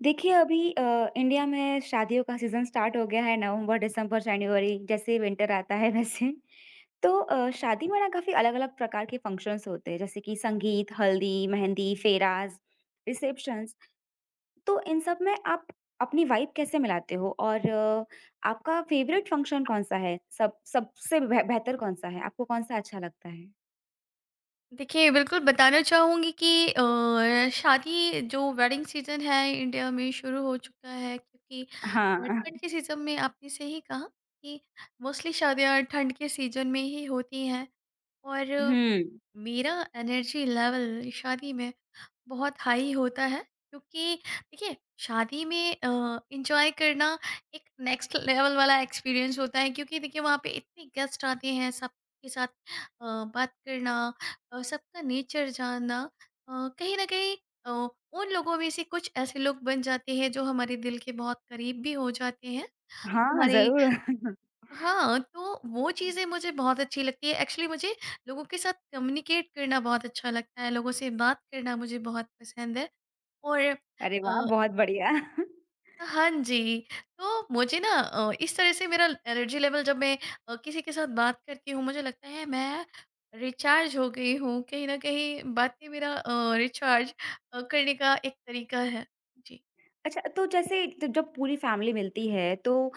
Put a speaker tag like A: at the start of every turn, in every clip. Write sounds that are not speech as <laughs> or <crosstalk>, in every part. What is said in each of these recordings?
A: देखिए अभी इंडिया में शादियों का सीज़न स्टार्ट हो गया है नवंबर, दिसंबर, जनवरी जैसे ही विंटर आता है वैसे। तो शादी में ना काफ़ी अलग-अलग प्रकार के फंक्शन्स होते हैं जैसे कि संगीत, हल्दी, मेहंदी, फेराज़, रिसेप्शंस। तो इन सब में आप अपनी वाइब कैसे मिलाते हो और आपका फ़ेवरेट फंक्शन कौन-सा है? सब सबसे बेहतर कौन-सा है? आपको कौन-सा अच्छा लगता है?
B: देखिए, बिल्कुल बताना चाहूँगी कि शादी जो वेडिंग सीज़न है इंडिया में शुरू हो चुका है क्योंकि
A: हाँ।
B: ठंड
A: <laughs>
B: के सीज़न में आपने सही कहा कि मोस्टली शादियाँ ठंड के सीज़न में ही होती हैं और
A: हुँ।
B: मेरा एनर्जी लेवल शादी में बहुत हाई होता है क्योंकि देखिए शादी में एंजॉय करना एक नेक्स्ट लेवल वाला एक्सपीरियंस होता है क्योंकि देखिए वहाँ पे इतने गेस्ट आते हैं सबके साथ बात करना सबका नेचर जानना कहीं ना कहीं अ, उन लोगों में से कुछ ऐसे लोग बन जाते हैं जो हमारे दिल के बहुत करीब भी हो जाते हैं
A: हाँ,
B: हमारे
A: ज़रूर। <laughs>
B: हाँ, तो वो चीज़ें मुझे बहुत अच्छी लगती है। एक्चुअली मुझे लोगों के साथ कम्युनिकेट करना बहुत अच्छा लगता है, लोगों से बात करना मुझे बहुत पसंद है और
A: अरे वाह!
B: अ,
A: बहुत बढ़िया। <laughs>
B: हाँ जी, तो मुझे ना इस तरह से मेरा एनर्जी लेवल जब मैं किसी के साथ बात करती हूँ, मुझे लगता है मैं रिचार्ज हो गई हूँ। कहीं न कहीं बातें मेरा रिचार्ज करने का एक तरीका है। जी।
A: अच्छा, तो जैसे ज जब पूरी फ़ैमिली मिलती है तो अ,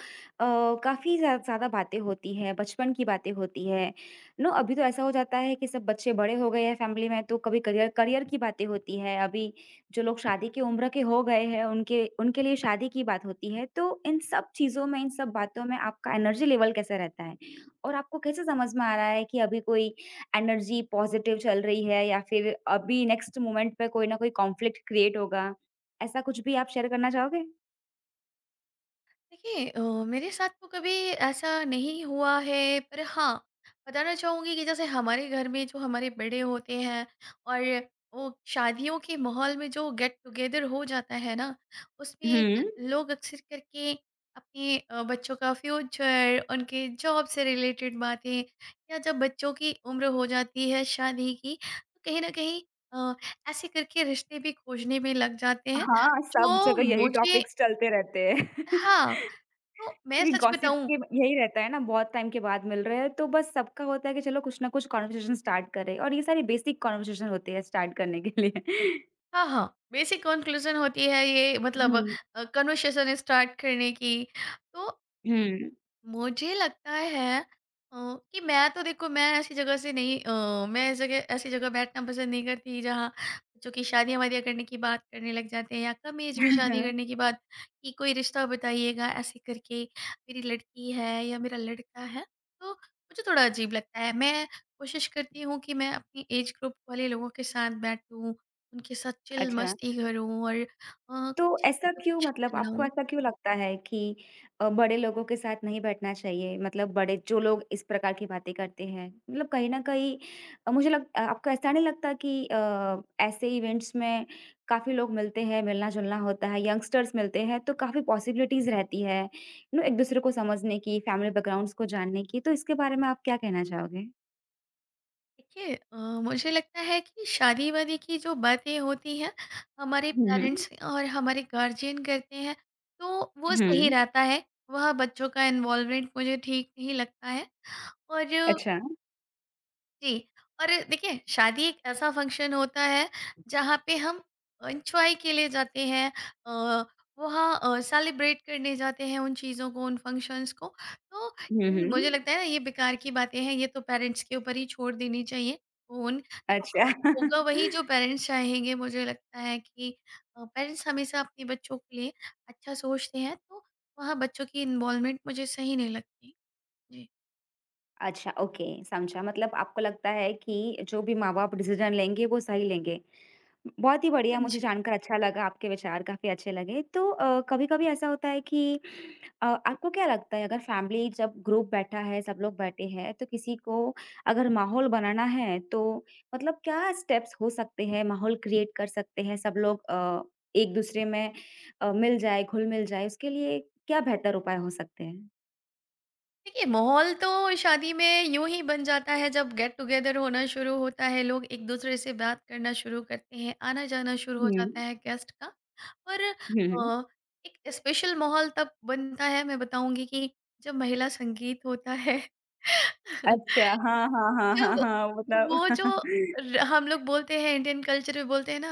A: काफ़ी ज़्यादा बातें होती हैं, बचपन की बातें होती हैं, नो अभी तो ऐसा हो जाता है कि सब बच्चे बड़े हो गए हैं फ़ैमिली में तो कभी करियर करियर की बातें होती हैं, अभी जो लोग शादी की उम्र के हो गए हैं उनके उनके लिए शादी की बात होती है। तो इन सब चीज़ों में, इन सब बातों में आपका एनर्जी लेवल कैसा रहता है? और आपको कैसे समझ में आ रहा है कि अभी कोई एनर्जी पॉज़िटिव चल रही है या फिर अभी नेक्स्ट मोमेंट पे कोई ना कोई कॉन्फ्लिक्ट क्रिएट होगा? ऐसा कुछ भी आप शेयर करना चाहोगे?
B: देखिए मेरे साथ तो कभी ऐसा नहीं हुआ है पर हाँ बताना चाहूँगी कि जैसे हमारे घर में जो हमारे बड़े होते हैं और वो शादियों के माहौल में जो गेट टुगेदर हो जाता है ना उसमें
A: हुँ।
B: लोग अक्सर करके अपने बच्चों का फ्यूचर उनके जॉब से रिलेटेड बातें या जब बच्चों की उम्र हो जाती है शादी की तो कहीं ना कहीं अ, ऐसे करके रिश्ते भी खोजने में लग जाते हैं
A: हाँ, सब
B: जो
A: जगह यही
B: मुझे
A: टॉपिक्स चलते रहते हैं।
B: हाँ
A: <laughs>
B: तो मैं
A: क्योंकि
B: सच
A: गॉसिप
B: बताऊँ।
A: के यही रहता है ना, बहुत टाइम के बाद मिल रहे हैं, तो बस सबका होता है कि चलो कुछ ना कुछ कन्वर्सेशन स्टार्ट करें और ये सारी बेसिक कन्वर्सेशन होती है स्टार्ट करने के लिए।
B: हाँ, हाँ, बेसिक कॉन्क्लूज़न होती है ये
A: <laughs>
B: मतलब
A: हुँ,
B: कन्वर्सेशन स्टार्ट करने की। तो
A: हुँ।
B: मुझे लगता है कि मैं तो देखो मैं ऐसी जगह से नहीं मैं ऐसी जगह बैठना पसंद नहीं करती जहाँ बच्चों की शादियाँ वादियाँ करने की बात करने लग जाते हैं या कम एज में शादी करने की
A: <laughs>
B: बात कि कोई रिश्ता बताइएगा ऐसे करके मेरी लड़की है या मेरा लड़का है तो मुझे थोड़ा अजीब लगता है। मैं कोशिश करती हूँ कि मैं अपनी एज ग्रुप वाले लोगों के साथ बैठूं, उनके साथ चिल
A: अच्छा।
B: मस्ती करूं और कुछ
A: तो ऐसा क्यों
B: गप्पे
A: मतलब
B: शप्पे
A: आपको
B: लड़ाऊं।
A: ऐसा क्यों लगता है कि बड़े लोगों के साथ नहीं बैठना चाहिए? मतलब बड़े जो लोग इस प्रकार की बातें करते हैं, मतलब कहीं न कहीं आपको ऐसा नहीं लगता कि ऐसे इवेंट्स में काफ़ी लोग मिलते हैं, मिलना-जुलना होता है, यंगस्टर्स मिलते हैं, तो काफ़ी पॉसिबिलिटीज़ रहती है, यू नो एक-दूसरे को समझने की, फैमिली बैकग्राउंड्स को जानने की, तो इसके बारे में आप क्या कहना चाहोगे?
B: देखिए मुझे लगता है कि शादी वादी की जो बातें होती हैं हमारे
A: हुँ, हुँ।
B: पेरेंट्स और हमारे गार्जियन करते हैं तो वो सही
A: हुँ।
B: रहता है। वह बच्चों का इन्वॉल्वमेंट मुझे ठीक नहीं लगता है और
A: अच्छा।
B: जी, और देखिए शादी एक ऐसा फंक्शन होता है जहाँ पे हम एन्जॉय के लिए जाते हैं, अ, वहाँ सेलिब्रेट करने जाते हैं उन चीज़ों को, उन फंक्शंस को। तो
A: हुँ,
B: इन मुझे
A: हुँ।
B: लगता है ना ये बेकार की बातें हैं, ये तो पेरेंट्स के ऊपर ही छोड़ देनी चाहिए। उन देखो
A: अच्छा।
B: होगा वही
A: <laughs>
B: जो पेरेंट्स चाहेंगे। मुझे लगता है कि पेरेंट्स हमेशा अपने बच्चों के लिए अच्छा सोचते हैं, तो वहाँ बच्चों की इन्वॉल्वमेंट मुझे सही नहीं लगती। जी।
A: अच्छा, ओके समझा मतलब आपको लगता है कि जो भी माँ-बाप डिसीज़न लेंगे वो सही लेंगे। बहुत ही बढ़िया
B: हाँ
A: मुझे
B: जी।
A: जानकर अच्छा लगा, आपके विचार काफ़ी अच्छे लगे। तो कभी-कभी ऐसा होता है कि आपको क्या लगता है अगर फैमिली जब ग्रुप बैठा है, सब लोग बैठे हैं तो किसी को अगर माहौल बनाना है तो मतलब क्या स्टेप्स हो सकते हैं, माहौल क्रिएट कर सकते हैं सब लोग एक-दूसरे में मिल जाए, घुल-मिल जाए उसके लिए क्या बेहतर उपाय हो सकते हैं?
B: देखिए, माहौल तो शादी में यूँ ही बन जाता है जब गेट टुगेदर होना शुरू होता है, लोग एक-दूसरे से बात करना शुरू करते हैं, आना-जाना शुरू हो
A: हुँ।
B: जाता है गेस्ट का। पर
A: हुँ, हुँ।
B: एक स्पेशल माहौल तब बनता है, मैं बताऊँगी कि जब महिला संगीत होता है। <laughs>
A: अच्छा, हाँ, हाँ, हाँ, हाँ,
B: जब
A: हाँ,
B: वो
A: मतलब
B: जो
A: <laughs>
B: हम लोग बोलते हैं इंडियन कल्चर में बोलते हैं ना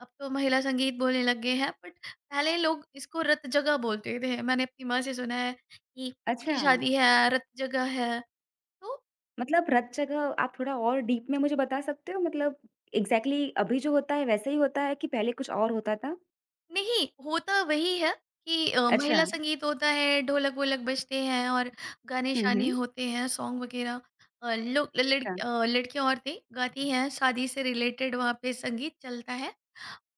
B: अब तो महिला संगीत बोलने लग गए हैं बट पहले लोग इसको रत जगह बोलते थे। मैंने अपनी माँ से सुना है कि
A: अच्छा,
B: उनकी शादी है रत जगह है तो
A: मतलब रत जगह आप थोड़ा और डीप में मुझे बता सकते हो? मतलब एग्ज़ैक्टली अभी जो होता है, वैसे ही होता है कि पहले कुछ और होता था?
B: नहीं, होता वही है कि
A: अच्छा।
B: महिला संगीत होता है, ढोलक वोलक बजते हैं और गाने
A: हुँ,
B: शाने
A: हुँ।
B: होते हैं, सॉन्ग वगैरह। लोग
A: अच्छा,
B: लड़कियां औरतें गाती हैं शादी से रिलेटेड, वहाँ पे संगीत चलता है।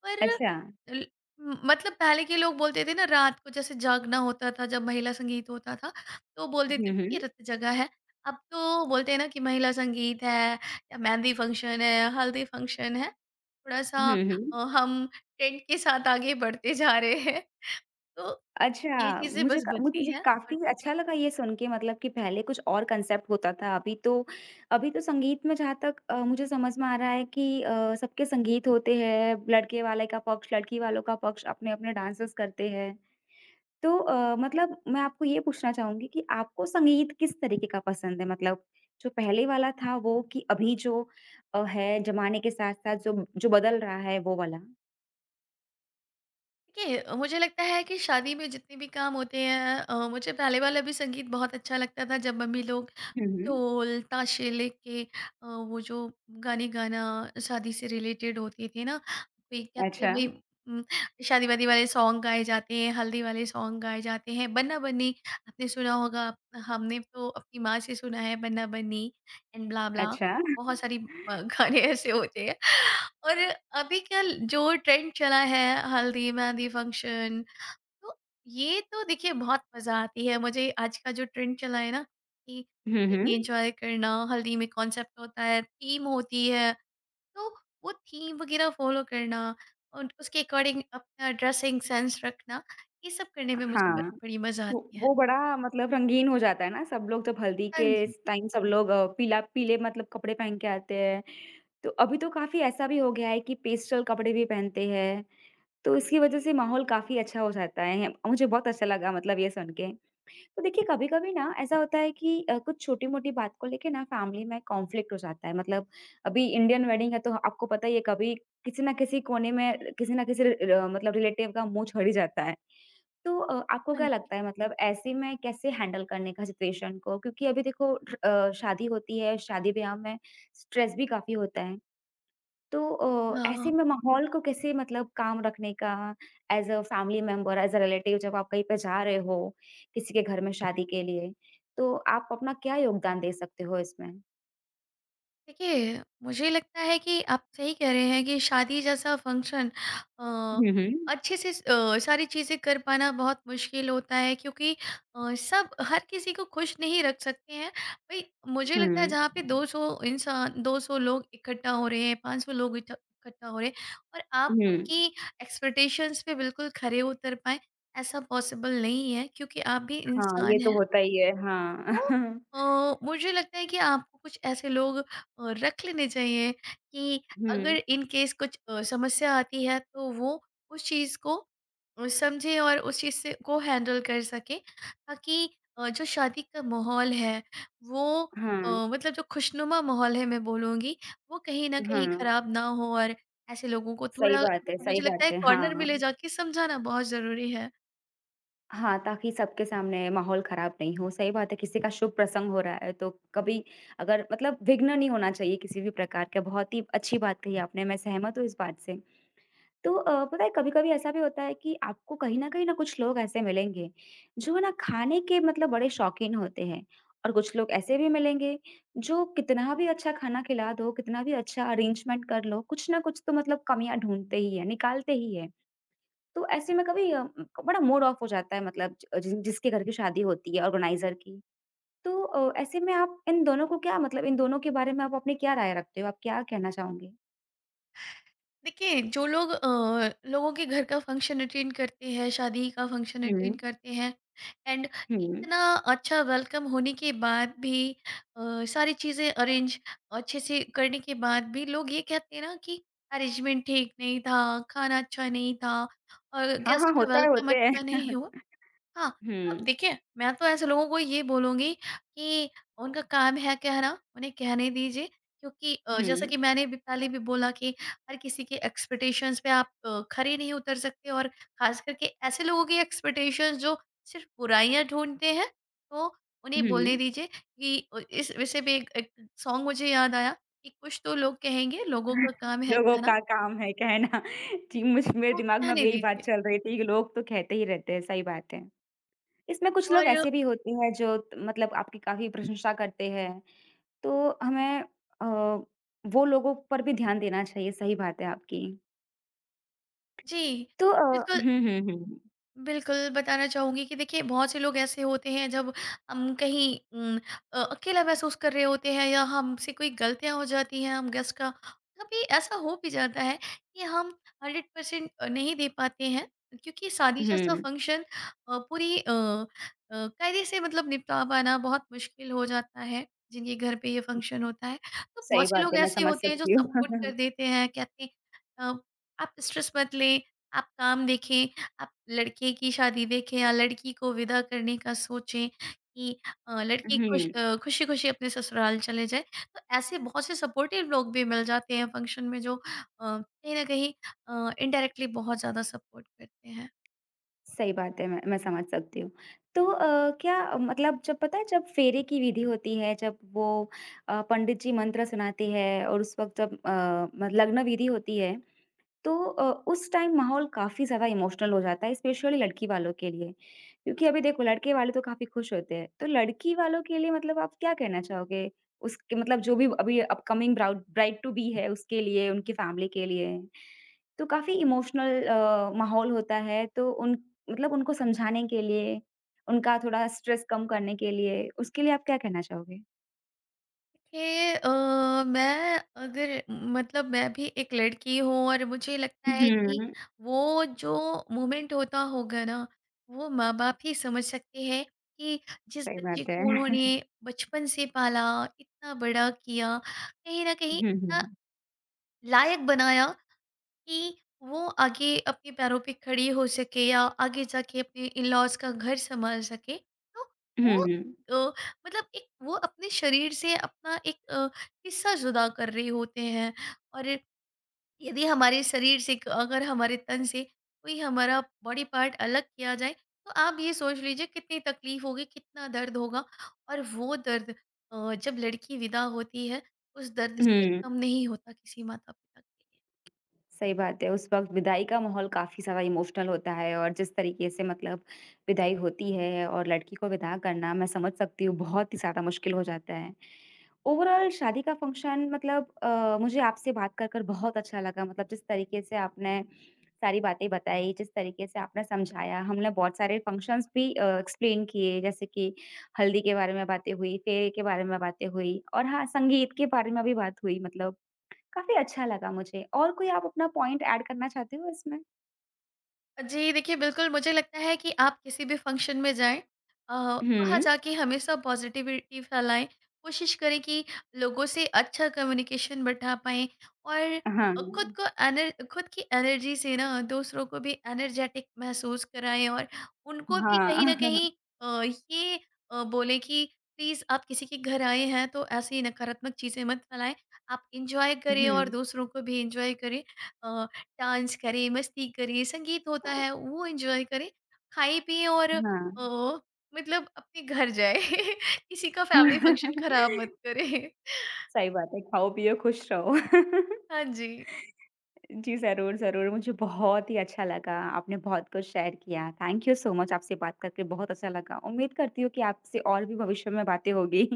B: पर
A: अच्छा।
B: ल- मतलब पहले के लोग बोलते थे ना रात को जैसे जागना होता था जब महिला संगीत होता था तो बोल
A: हुँ,
B: देते थे
A: हुँ।
B: कि रत जगह है। अब तो बोलते हैं ना कि महिला संगीत है या मेहंदी फंक्शन है हल्दी फंक्शन है थोड़ा सा।
A: हुँ, हुँ।
B: हम ट्रेंड के साथ आगे बढ़ते जा रहे हैं तो
A: अच्छा,
B: ये चीजें
A: मुझे
B: बस
A: क मुझे
B: बदली
A: जी
B: हैं और
A: काफ़ी
B: कुछ
A: अच्छा लगा ये सुन के मतलब कि पहले कुछ और कंसेप्ट होता था, अभी तो संगीत में जहाँ तक मुझे समझ में आ रहा है कि सबके संगीत होते हैं, लड़के वाले का पक्ष, लड़की वालों का पक्ष, अपने-अपने डांसेस करते हैं। तो मतलब मैं आपको ये पूछना चाहूँगी कि आपको संगीत किस तरीके का पसंद है? मतलब जो पहले वाला था वो कि अभी जो है ज़माने के साथ-साथ जो जो बदल रहा है वो वाला?
B: देखिए मुझे लगता है कि शादी में जितने भी काम होते हैं, मुझे पहले वाला भी संगीत बहुत अच्छा लगता था जब मम्मी लोग
A: हुँ, हुँ।
B: ढोल ताशे लेके वो जो गाने गाना शादी से रिलेटेड होते थे ना वे कहते हैं
A: अच्छा,
B: भाई, उम, शादी वादी वाले सॉन्ग गाए जाते हैं, हल्दी वाले सॉन्ग गाए जाते हैं। बन्ना बन्नी आपने सुना होगा, हमने तो अपनी माँ से सुना है बन्ना बन्नी एंड ब्ला ब्ला।
A: अच्छा।
B: बहुत सारी गाने ऐसे होते हैं और अभी क्या जो ट्रेंड चला है हल्दी मेहंदी फंक्शन, तो ये तो देखिए बहुत मजा आती है मुझे। आज का जो ट्रेंड चला है ना कि
A: हुँ, हुँ।
B: हल्दी एंजॉय करना, हल्दी में कॉन्सेप्ट होता है, थीम होती है, तो वो थीम वगैरह फॉलो करना और उसके अकॉर्डिंग अपना ड्रेसिंग सेंस रखना, ये सब करने में मुझे
A: हाँ।
B: बड़ी मजा आती है।
A: वो बड़ा मतलब रंगीन हो जाता है ना, सब लोग जब हल्दी
B: हाँ
A: के
B: जी।
A: इस टाइम सब लोग पीला पीले मतलब कपड़े पहन के आते हैं। तो अभी तो काफ़ी ऐसा भी हो गया है कि पेस्टल कपड़े भी पहनते हैं, तो इसकी वज़ह से माहौल काफ़ी अच्छा हो जाता है। मुझे बहुत अच्छा लगा मतलब ये सुन के। तो देखिए कभी-कभी ना ऐसा होता है कि कुछ छोटी-मोटी बात को लेके ना फैमिली में कॉन्फ्लिक्ट हो जाता है। मतलब अभी इंडियन वेडिंग है तो आपको पता ही है कभी किसी न किसी कोने में किसी न किसी र र मतलब रिलेटिव का मुँह छड़ ही जाता है। तो आपको
B: हाँ
A: क्या
B: जी।
A: लगता है मतलब ऐसे में कैसे हैंडल करने का सिचुएशन को? क्योंकि अभी देखो शादी होती है, शादी-ब्याह में स्ट्रेस भी काफ़ी होता है। तो
B: हाँ।
A: ऐसे में माहौल को कैसे मतलब काम रखने का as a family member, as a relative जब आप कहीं पे जा रहे हो, किसी के घर में शादी के लिए, तो आप अपना क्या योगदान दे सकते हो इसमें?
B: देखिए, मुझे लगता है कि आप सही कह रहे हैं कि शादी जैसा फंक्शन अ,
A: हुँ, हुँ।
B: अच्छे से सारी चीज़ें कर पाना बहुत मुश्किल होता है क्योंकि सब हर किसी को खुश नहीं रख सकते हैं। भई मुझे लगता है
A: हुँ,
B: जहाँ पे 200 इंसान 200 लोग इकट्ठा हो रहे हैं, 500 लोग इठ इकट्ठा हो रहे हैं और आप
A: हुँ।
B: उनकी एक्सपेक्टेशंस पे बिल्कुल खरे उतर पाएँ, ऐसा पॉसिबल नहीं है क्योंकि आप भी
A: हाँ, ये
B: इंसान
A: तो
B: हैं।
A: होता ही है। हाँ।
B: तो
A: <laughs>
B: मुझे लगता है कि आपको कुछ ऐसे लोग रख लेने चाहिए कि
A: हुँ।
B: अगर इन केस कुछ समस्या आती है तो वो उस चीज़ को समझे और उस चीज़ से को हैंडल कर सके ताकि जो शादी का माहौल है वो
A: हाँ,
B: मतलब जो खुशनुमा माहौल है मैं बोलूँगी वो कहीं न कहीं
A: हाँ।
B: ख़राब ना हो। और ऐसे लोगों को
A: सही
B: थोड़ा
A: बात है, सही
B: मुझे लगता
A: बात
B: है
A: है।
B: कॉर्नर में
A: हाँ।
B: ले जाके समझाना बहुत ज़रूरी है।
A: हाँ, ताकि सबके सामने माहौल ख़राब नहीं हो। सही बात है, किसी का शुभ प्रसंग हो रहा है, तो कभी अगर मतलब विघ्न नहीं होना चाहिए किसी भी प्रकार का। बहुत ही अच्छी बात कही आपने, मैं सहमत हूँ इस बात से। तो पता है कभी-कभी ऐसा भी होता है कि आपको कहीं न कहीं ना कुछ लोग ऐसे मिलेंगे, जो ना खाने के मतलब बड़े शौकीन होते हैं और कुछ लोग ऐसे भी मिलेंगे, जो कितना भी अच्छा खाना खिला दो, कितना भी अच्छा अरेंजमेंट कर लो, कुछ ना कुछ तो मतलब कमियाँ ढूँढते ही हैं, निकालते ही हैं। तो ऐसे में कभी बड़ा मूड ऑफ हो जाता है मतलब ज जिस जिसके घर की शादी होती है ऑर्गेनाइज़र की। तो ऐसे में आप इन दोनों को क्या मतलब इन दोनों के बारे में आप अपनी क्या राय रखते हो? आप क्या कहना चाहोगे?
B: देखिए जो लोग लोगों के घर का फंक्शन अटेंड करते हैं, शादी का फंक्शन
A: हुँ,
B: अटेंड करते हैं, एंड
A: हुँ।
B: इतना अच्छा वेलकम होने के बाद भी सारी चीज़ें अरेंज अच्छे से करने के बाद भी लोग ये कहते हैं ना कि अरेंजमेंट ठीक नहीं था, खाना अच्छा नहीं था और
A: हाँ,
B: गेस्ट
A: हाँ,
B: का
A: होता है,
B: वेलकम
A: होते
B: अच्छा
A: हैं।
B: नहीं हुआ। हाँ, अब
A: हुँ,
B: देखिए, मैं तो ऐसे लोगों को ये बोलूँगी कि उनका काम है कहना, उन्हें कहने दीजिए क्योंकि जैसा
A: हुँ,
B: कि मैंने भी पहले भी बोला कि हर किसी के एक्सपेक्टेशंस पे आप खरे नहीं उतर सकते और ख़ास करके ऐसे लोगों की एक्सपेक्टेशंस जो सिर्फ़ बुराइयाँ ढूँढते हैं, तो उन्हें
A: हुँ।
B: बोलने दीजिए कि इस विषय पे एक एक सॉन्ग मुझे याद आया कि कुछ तो लोग कहेंगे, लोगों का
A: <laughs>
B: काम है
A: लोगों
B: कहना,
A: का काम है कहना। <laughs> जी, मुझ मेरे
B: तो
A: दिमाग में अब
B: कहने
A: यही बात
B: दीजिए।
A: चल रही थी कि लोग तो कहते ही रहते हैं, सही बात है। इसमें कुछ लोग
B: और
A: ऐसे भी होते हैं जो त मतलब आपकी काफ़ी प्रशंसा करते हैं। तो हमें अ, वो लोगों पर भी ध्यान देना चाहिए, सही बात है आपकी।
B: जी,
A: तो
B: बिल्कुल
A: हुँ, हुँ, हुँ,
B: बिल्कुल, बताना चाहूँगी कि देखिए बहुत से लोग ऐसे होते हैं जब हम कहीं अकेला महसूस कर रहे होते हैं या हमसे कोई गलतियाँ हो जाती हैं, हम गेस का कभी ऐसा हो भी जाता है कि हम 100% नहीं दे पाते हैं क्योंकि शादी जैसा
A: हुँ,
B: फंक्शन पूरी कायदे से मतलब निपटा पाना बहुत मुश्किल हो जाता है, जिनके घर पे ये फंक्शन होता है। तो
A: सही
B: बहुत से
A: बात
B: लोग
A: है, मैं
B: ऐसे
A: समझ
B: होते हैं जो
A: सकती
B: सपोर्ट कर
A: हूँ।
B: देते हैं, कहते हैं अ, "आप स्ट्रेस मत लें, आप काम देखें, आप लड़के की शादी देखें या लड़की को विदा करने का सोचें कि लड़की खुश
A: हुँ,
B: खुशी-खुशी अपने ससुराल चले जाए। तो ऐसे बहुत से सपोर्टिव लोग भी मिल जाते हैं फंक्शन में जो कहीं न कहीं इनडायरेक्टली बहुत ज़्यादा सपोर्ट करते हैं।
A: सही बात है, मैं समझ सकती हूँ। तो क्या मतलब जब पता है जब फेरे की विधि होती है, जब वो पंडित जी मंत्र सुनाते हैं और उस वक़्त जब अ, मत लग्न विधि होती है तो उस टाइम माहौल काफ़ी ज़्यादा इमोशनल हो जाता है, स्पेशली लड़की वालों के लिए। क्योंकि अभी देखो लड़के वाले तो काफ़ी खुश होते हैं, तो लड़की वालों के लिए मतलब आप क्या कहना चाहोगे? उसके मतलब जो भी अभी अपकमिंग ब्राउड ब्राइड टू बी है उसके लिए, उनकी फैमिली के लिए। तो काफ़ी इमोशनल माहौल होता है तो उन मतलब उनको समझाने के लिए, उनका थोड़ा स्ट्रेस कम करने के लिए, उसके लिए आप क्या कहना चाहोगे?
B: देखिए, मैं अगर मतलब मैं भी एक लड़की हूँ और मुझे लगता है कि
A: हुँ,
B: वो जो मोमेंट होता होगा ना वो माँ बाप ही समझ सकते हैं कि जिस
A: सही
B: बच्चे
A: बात
B: को
A: है।
B: उन्होंने
A: <laughs>
B: बचपन से पाला, इतना बड़ा किया, कहीं ना कहीं
A: हुँ,
B: इतना
A: हुँ।
B: लायक बनाया कि वो आगे अपने पैरों पे खड़ी हो सके या आगे जाके अपने इन-लॉज़ का घर सँभाल सके। तो
A: हुँ,
B: वो
A: हुँ।
B: अ, मतलब एक वो अपने शरीर से अपना एक हिस्सा जुदा कर रहे होते हैं और यदि हमारे शरीर से क अगर हमारे तन से कोई हमारा बॉडी पार्ट अलग किया जाए, तो आप ये सोच लीजिए कितनी तकलीफ़ होगी, कितना दर्द होगा और वो दर्द जब लड़की विदा होती है, उस दर्द से
A: हुँ।
B: कम नहीं होता किसी माता-पिता के लिए।
A: सही बात है, उस वक़्त विदाई का माहौल काफ़ी सारा इमोशनल होता है और जिस तरीके से मतलब विदाई होती है और लड़की को विदा करना मैं समझ सकती हूँ बहुत ही ज़्यादा मुश्किल हो जाता है। ओवरऑल शादी का फ़ंक्शन मतलब मुझे आपसे बात कर कर बहुत अच्छा लगा मतलब जिस तरीके से आपने सारी बातें बताई, जिस तरीके से आपने समझाया, हमने बहुत सारे फ़ंक्शंस भी एक्सप्लेन किए जैसे कि हल्दी के बारे में बातें हुई, फेरे के बारे में बातें हुई और हाँ, संगीत के बारे में भी बात हुई मतलब काफ़ी अच्छा लगा मुझे। और कोई आप अपना पॉइंट ऐड करना चाहते हो इसमें?
B: जी, देखिए बिल्कुल मुझे लगता है कि आप किसी भी फ़ंक्शन में जाएँ, वहाँ
A: हुँ,
B: जाके हमेशा पॉज़िटिविटी फैलाएँ, कोशिश करें कि लोगों से अच्छा कम्युनिकेशन बैठा पाएँ और
A: हाँ,
B: खुद को एनर खुद की एनर्जी से ना दूसरों को भी एनर्जेटिक महसूस कराएँ और उनको भी कहीं न
A: हाँ।
B: कहीं अ, ये बोलें कि प्लीज़ आप किसी के घर आए हैं तो ऐसी नकारात्मक चीज़ें मत फैलाएँ। आप एन्जॉय करें और
A: हुँ,
B: दूसरों को भी एन्जॉय करें। अ डांस करें, मस्ती करें, संगीत होता है वो एन्जॉय करें, खाएँ पिएँ और
A: हाँ।
B: मतलब अपने घर जाएँ। <laughs> किसी का फैमिली फंक्शन खराब मत करें। <laughs>
A: सही बात है, खाओ-पियो, खुश रहो।
B: हाँ जी।
A: जी, ज़रूर, ज़रूर। मुझे बहुत ही अच्छा लगा, आपने बहुत कुछ शेयर किया। थैंक यू सो मच, आपसे बात करके बहुत अच्छा लगा। उम्मीद करती हूँ कि आपसे और भी भविष्य में बातें होगी।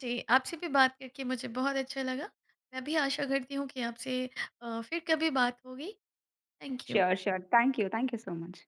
B: जी, आपसे भी बात करके मुझे बहुत अच्छा लगा। मैं भी आशा करती हूँ कि आपसे फिर कभी बात होगी। Thank you.
A: Sure, sure. Thank you so much.